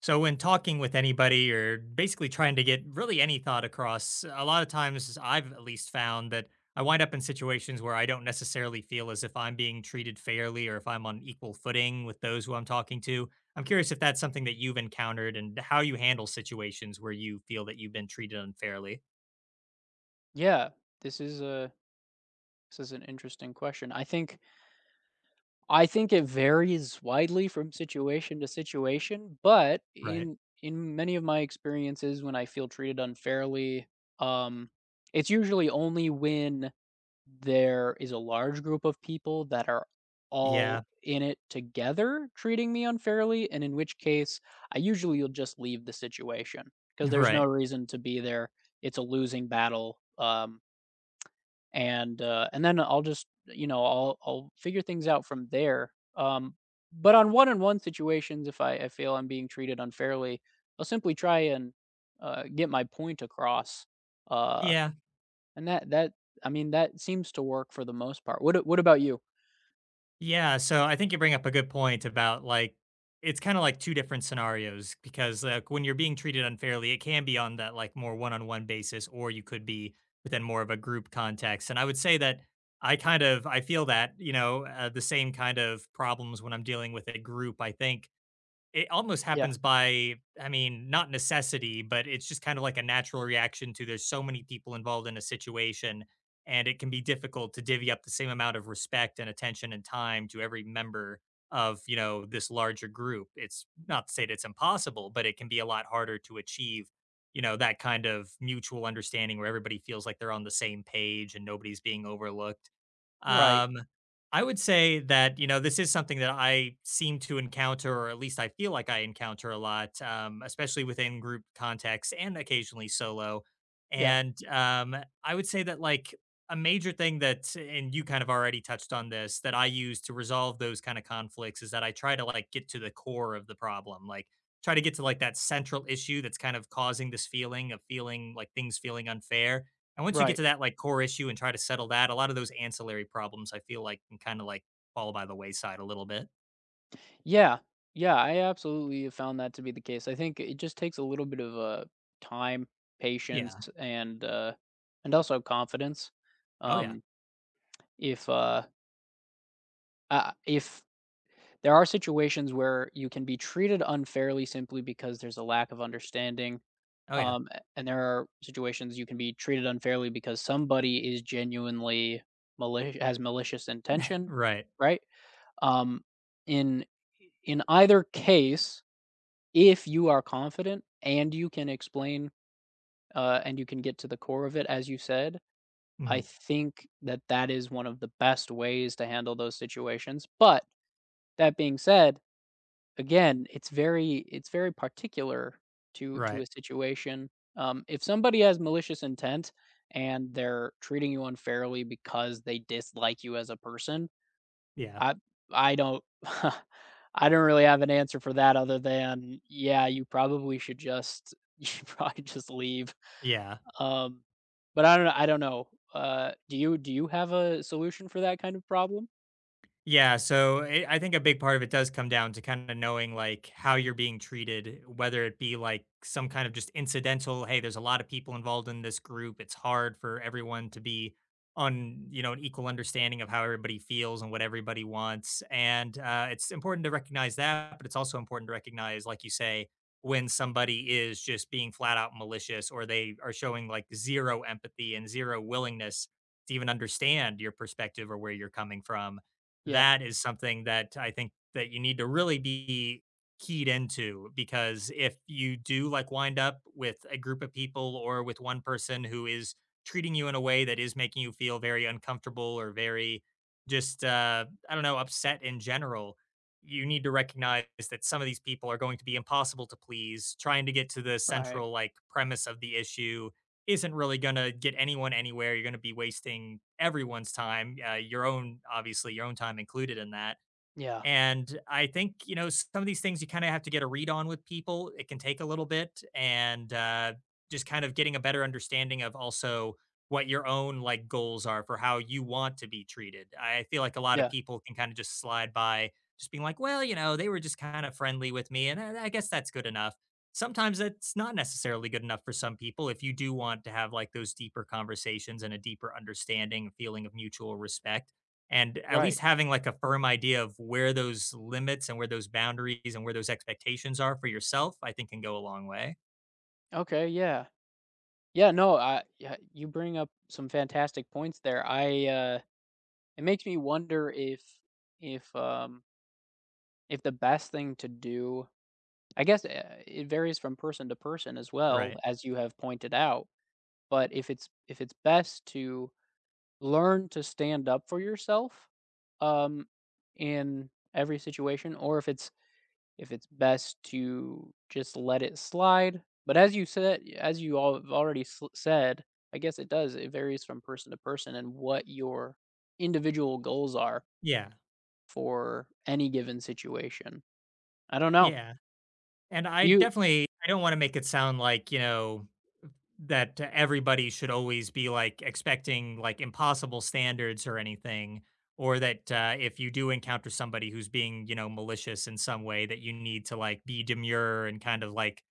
So, when talking with anybody or basically trying to get really any thought across, a lot of times I've at least found that I wind up in situations where I don't necessarily feel as if I'm being treated fairly or if I'm on equal footing with those who I'm talking to. I'm curious if that's something that you've encountered and how you handle situations where you feel that you've been treated unfairly. Yeah, this is a this is an interesting question. I think it varies widely from situation to situation, but Right. in many of my experiences when I feel treated unfairly, um, it's usually only when there is a large group of people that are Yeah. all in it together treating me unfairly, and in which case I usually will just leave the situation because there's Right. no reason to be there. It's a losing battle. And then I'll just I'll figure things out from there. But on one-on-one situations, if I feel I'm being treated unfairly, I'll simply try and get my point across. Uh, Yeah. and that that that seems to work for the most part. What about you? Yeah, so I think you bring up a good point about like it's kind of like two different scenarios because like when you're being treated unfairly, it can be on that like more one-on-one basis or you could be within more of a group context. And I would say that I kind of I feel that, you know, the same kind of problems when I'm dealing with a group. I think it almost Yeah. happens by, I mean, not necessity, but it's just kind of like a natural reaction to there's so many people involved in a situation, and it can be difficult to divvy up the same amount of respect and attention and time to every member of, you know, this larger group. It's not to say that it's impossible, but it can be a lot harder to achieve, you know, that kind of mutual understanding where everybody feels like they're on the same page and nobody's being overlooked. Right. Um, I would say that, you know, this is something that I seem to encounter, or at least I feel like I encounter a lot, especially within group contexts and occasionally solo. Yeah. And I would say that, like, a major thing that, and you kind of already touched on this, that I use to resolve those kind of conflicts is that I try to, like, get to the core of the problem, like, try to get to, like, that central issue that's kind of causing this feeling of feeling like things feeling unfair and once you get Right. to that, like, core issue and try to settle that, a lot of those ancillary problems, I feel like, can kinda, like, fall by the wayside a little bit. Yeah. Yeah, I absolutely have found that to be the case. I think it just takes a little bit of time, patience, Yeah. And also confidence. Oh, yeah. Um, If, uh, if there are situations where you can be treated unfairly simply because there's a lack of understanding, Oh, yeah. And there are situations you can be treated unfairly because somebody is genuinely malicious has malicious intention, Right. right? Um, in in either case, if you are confident and you can explain and you can get to the core of it, as you said, I Mhm. think that that is one of the best ways to handle those situations. But that being said, again, it's very particular to Right. a situation. If somebody has malicious intent and they're treating you unfairly because they dislike you as a person, Yeah. I I don't I don't really have an answer for that other than, yeah, you probably should just you should probably just leave. Yeah. Um, but I don't know. Do you do you have a solution for that kind of problem? Yeah, so I think a big part of it does come down to kind of knowing like how you're being treated, whether it be like some kind of just incidental, hey, there's a lot of people involved in this group. It's hard for everyone to be on, you know, an equal understanding of how everybody feels and what everybody wants. And it's important to recognize that, but it's also important to recognize, like you say, when somebody is just being flat out malicious or they are showing like zero empathy and zero willingness to even understand your perspective or where you're coming from Yeah, that is something that I think that you need to really be keyed into because if you do like wind up with a group of people or with one person who is treating you in a way that is making you feel very uncomfortable or very just I don't know upset in general, you need to recognize that some of these people are going to be impossible to please, trying to get to the right. central like premise of the issue isn't really gonna get anyone anywhere. You're gonna be wasting everyone's time, your own obviously, your own time included in that. Yeah, And I think, you know, some of these things you kinda have to get a read on with people. It can take a little bit, and, just kind of getting a better understanding of also what your own, like, goals are for how you want to be treated. I feel like a lot of yeah, people can kinda just slide by just being like, "Well, you know, they were just kinda friendly with me, and I guess that's good enough." Sometimes that's not necessarily good enough for some people if you do want to have, like, those deeper conversations and a deeper understanding, feeling of mutual respect and at right. least having like a firm idea of where those limits and where those boundaries and where those expectations are for yourself, I think can go a long way. Okay, yeah. Yeah, no, I, yeah, you bring up some fantastic points there. I It makes me wonder if if the best thing to do, I guess, it varies from person to person as well, Right. as you have pointed out, but if it's best to learn to stand up for yourself um in every situation, or if it's best to just let it slide. But as you said, as you all have already said, I guess it does. It varies from person to person and what your individual goals are Yeah. for any given situation. I don't know. Yeah. And I You, definitely I don't want to make it sound like, you know, that everybody should always be like expecting like impossible standards or anything or that if you do encounter somebody who's being, you know, malicious in some way that you need to like be demure and kind of like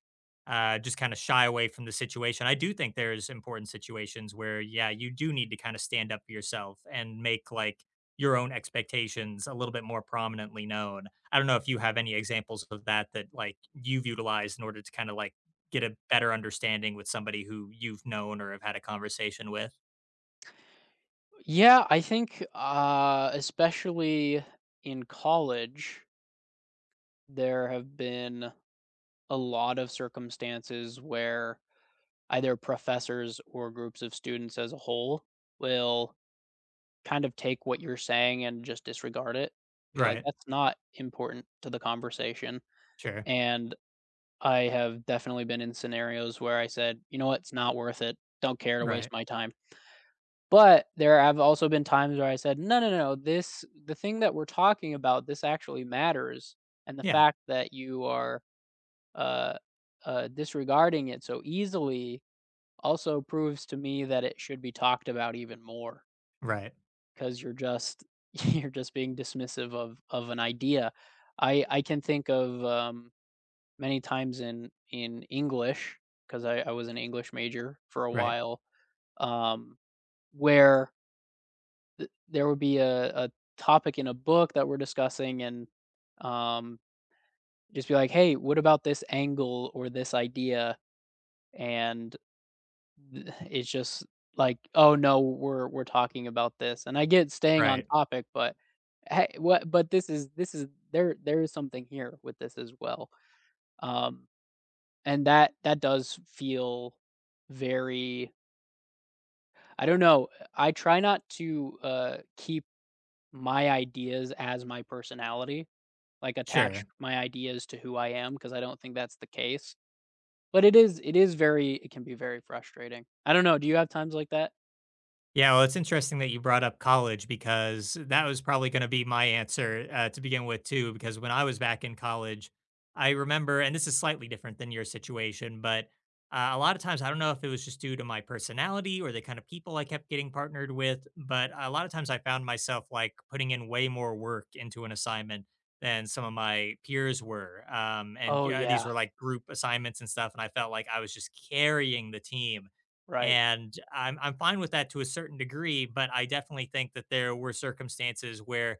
just kind of shy away from the situation. I do think there's important situations where, yeah, you do need to kind of stand up for yourself and make like your own expectations a little bit more prominently known. I don't know if you have any examples of that that like you've utilized in order to kind of like get a better understanding with somebody who you've known or have had a conversation with. yeah, I think, especially in college, there have been a lot of circumstances where either professors or groups of students as a whole will kind of take what you're saying and just disregard it. Be like, Right. "That's not important to the conversation." Sure. And I have definitely been in scenarios where I said, "You know what? It's not worth it. Don't care to Right. waste my time." But there have also been times where I said, "No, no, no. This The thing that we're talking about, this actually matters, and the Yeah. fact that you are, uh, disregarding it so easily also proves to me that it should be talked about even more." Right. 'Cause you're just you're just being dismissive of an idea. I can think of, many times in English because I was an English major for a Right. while, um, where th there would be a topic in a book that we're discussing, and, um, just be like, "Hey, what about this angle or this idea?" And Th it's just like, "Oh, no, we're talking about this," and I get staying on Right. topic, but, hey, what but this is, there is something here with this as well, um, and that does feel very, I don't know, I try not to, keep my ideas as my personality, like, attach Sure. my ideas to who I am, because I don't think that's the case, but it is very, it can be very frustrating. I don't know, do you have times like that? Yeah, well, it's interesting that you brought up college because that was probably going to be my answer to begin with, too. Because when I was back in college, I remember, and this is slightly different than your situation, but a lot of times, I don't know if it was just due to my personality or the kind of people I kept getting partnered with, but a lot of times I found myself like putting in way more work into an assignment than some of my peers were. And Oh, yeah, these yeah, were like group assignments and stuff. And I felt like I was just carrying the team right. and I'm fine with that to a certain degree, but I definitely think that there were circumstances where,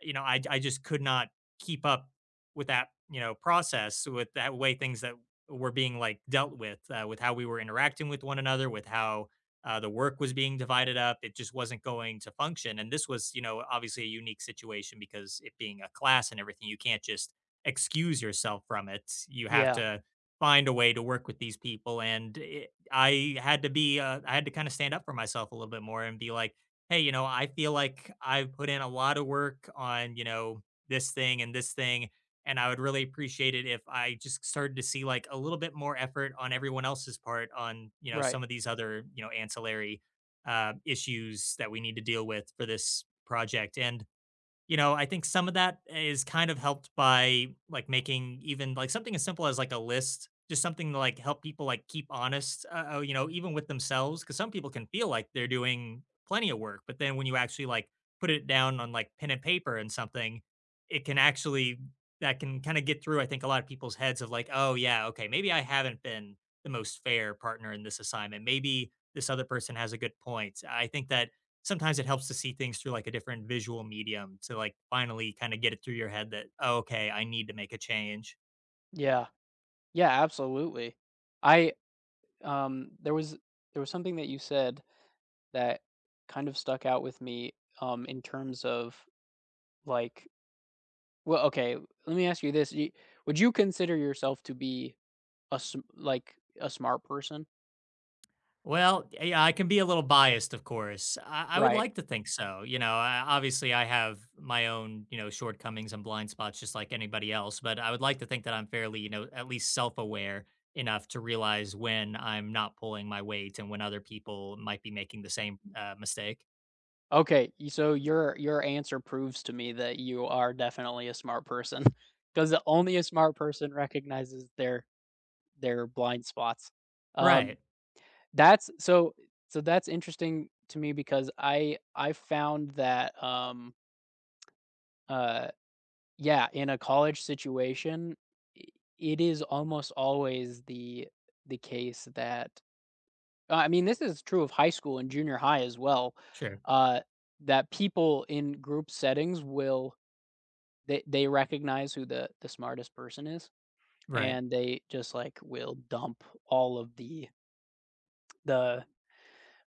you know, I just could not keep up with that, you know, process, with that way things that were being like dealt with how we were interacting with one another, with how the work was being divided up. It just wasn't going to function. And this was, you know, obviously a unique situation because it being a class and everything, you can't just excuse yourself from it. You have Yeah, to find a way to work with these people. And I had to be, I had to kind of stand up for myself a little bit more and be like, hey, you know, I feel like I've put in a lot of work on, you know, this thing. And I would really appreciate it if I just started to see like a little bit more effort on everyone else's part on, you know, right. some of these other, you know, ancillary issues that we need to deal with for this project. And you know, I think some of that is kind of helped by like making even like something as simple as like a list, just something to like help people like keep honest, you know, even with themselves. Cause some people can feel like they're doing plenty of work, but then when you actually like put it down on like pen and paper and something, it can actually, that can kind of get through, I think, a lot of people's heads of like, oh, yeah, okay, maybe I haven't been the most fair partner in this assignment. Maybe this other person has a good point. I think that sometimes it helps to see things through like a different visual medium to like finally kind of get it through your head that, "Oh, okay, I need to make a change." Yeah. Yeah, absolutely. I um there was there was something that you said that kind of stuck out with me in terms of like, well, okay, let me ask you this. Would you consider yourself to be a sm- like a smart person? Well, yeah, I can be a little biased, of course. I would Right. like to think so. You know, I, obviously, I have my own, you know, shortcomings and blind spots, just like anybody else. But I would like to think that I'm fairly, you know, at least self-aware enough to realize when I'm not pulling my weight and when other people might be making the same mistake. Okay, so your answer proves to me that you are definitely a smart person because only a smart person recognizes their blind spots. Um Right. That's so, so that's interesting to me because I found that, uh, yeah, in a college situation, I it is almost always the case that, this is true of high school and junior high as well, Sure. uh, that people in group settings will, they recognize who the smartest person is, Right. and they just, like, will dump all of the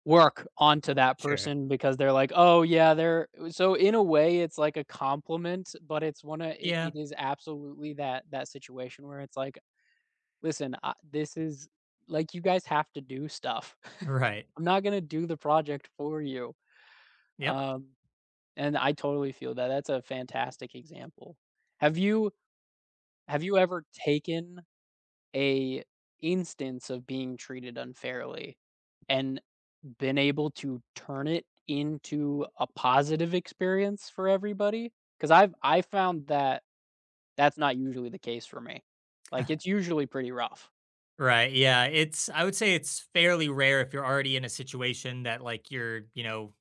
work onto that Sure. person because they're like, "Oh, yeah, they're," so in a way, it's like a compliment, but it's one of, Yeah. it is absolutely that that situation where it's like, "Listen, I this is, like, you guys have to do stuff. Right. I'm not gonna do the project for you." Yep. Um, and I totally feel that. That's a fantastic example. Have you have you ever taken a instance of being treated unfairly and been able to turn it into a positive experience for everybody, because I found that that's not usually the case for me, like it's usually pretty rough. Right. Yeah. It's, I would say it's fairly rare if you're already in a situation that, like, you're, you know,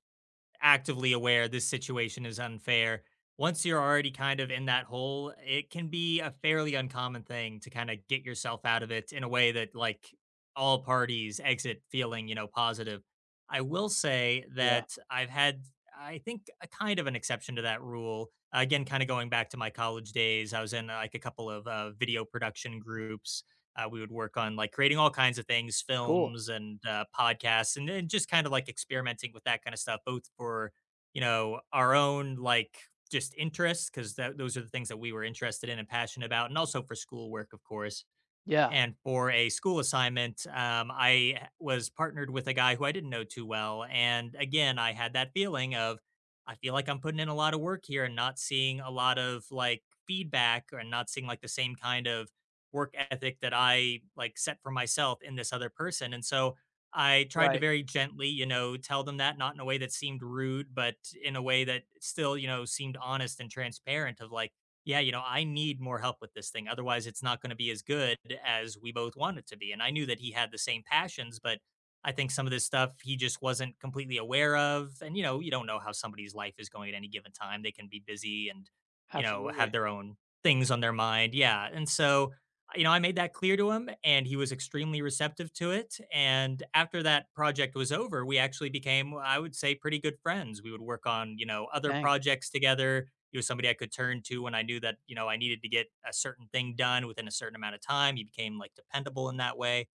actively aware this situation is unfair. Once you're already kind of in that hole, it can be a fairly uncommon thing to kind of get yourself out of it in a way that, like, all parties exit feeling, you know, positive. I will say Yeah. that I've had, I think, a kind of an exception to that rule. Again, kind of going back to my college days, I was in like a couple of video production groups we would work on like creating all kinds of things, Cool. films and podcasts, and then just kind of like experimenting with that kind of stuff, both for you know our own like just interests because those are the things that we were interested in and passionate about, and also for schoolwork, of course. Yeah. And for a school assignment, was partnered with a guy who I didn't know too well. And again, I had that feeling of, I feel like I'm putting in a lot of work here and not seeing a lot of like feedback or not seeing like the same kind of work ethic that I like set for myself in this other person. And so I tried to Right. very gently, you know, tell them that, not in a way that seemed rude, but in a way that still, you know, seemed honest and transparent of like, yeah, you know, I need more help with this thing. Otherwise, it's not going to be as good as we both want it to be. And I knew that he had the same passions, but I think some of this stuff he just wasn't completely aware of. And, you know, you don't know how somebody's life is going at any given time. They can be busy and, you know, have Absolutely. their own things on their mind. Yeah. And so, you know, I made that clear to him and he was extremely receptive to it. And after that project was over, we actually became, I would say, pretty good friends. We would work on, you know, other Dang. projects together he was somebody I could turn to when I knew that, you know, I needed to get a certain thing done within a certain amount of time. He became like dependable in that way.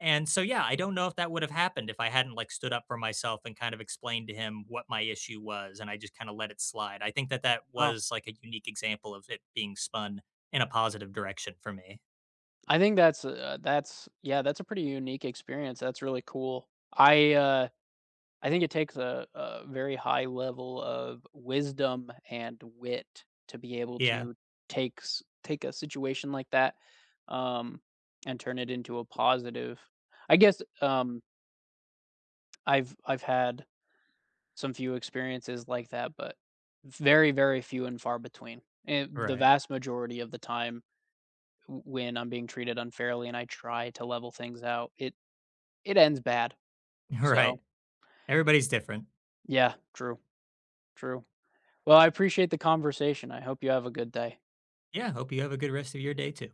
And so, yeah, I don't know if that would have happened if I hadn't like stood up for myself and kind of explained to him what my issue was and I just kind of let it slide. I think that that Wow. was like a unique example of it being spun in a positive direction for me. I think that's yeah, that's a pretty unique experience. That's really cool. I think it takes a very high level of wisdom and wit to be able Yeah. to take a situation like that, um, and turn it into a positive. I guess, I've had some few experiences like that, but very, very few and far between. And the Right. vast majority of the time, when I'm being treated unfairly and I try to level things out, it ends bad. So, Right. Everybody's different. yeah, true, true. Well, I appreciate the conversation. I hope you have a good day. Yeah. Hope you have a good rest of your day too.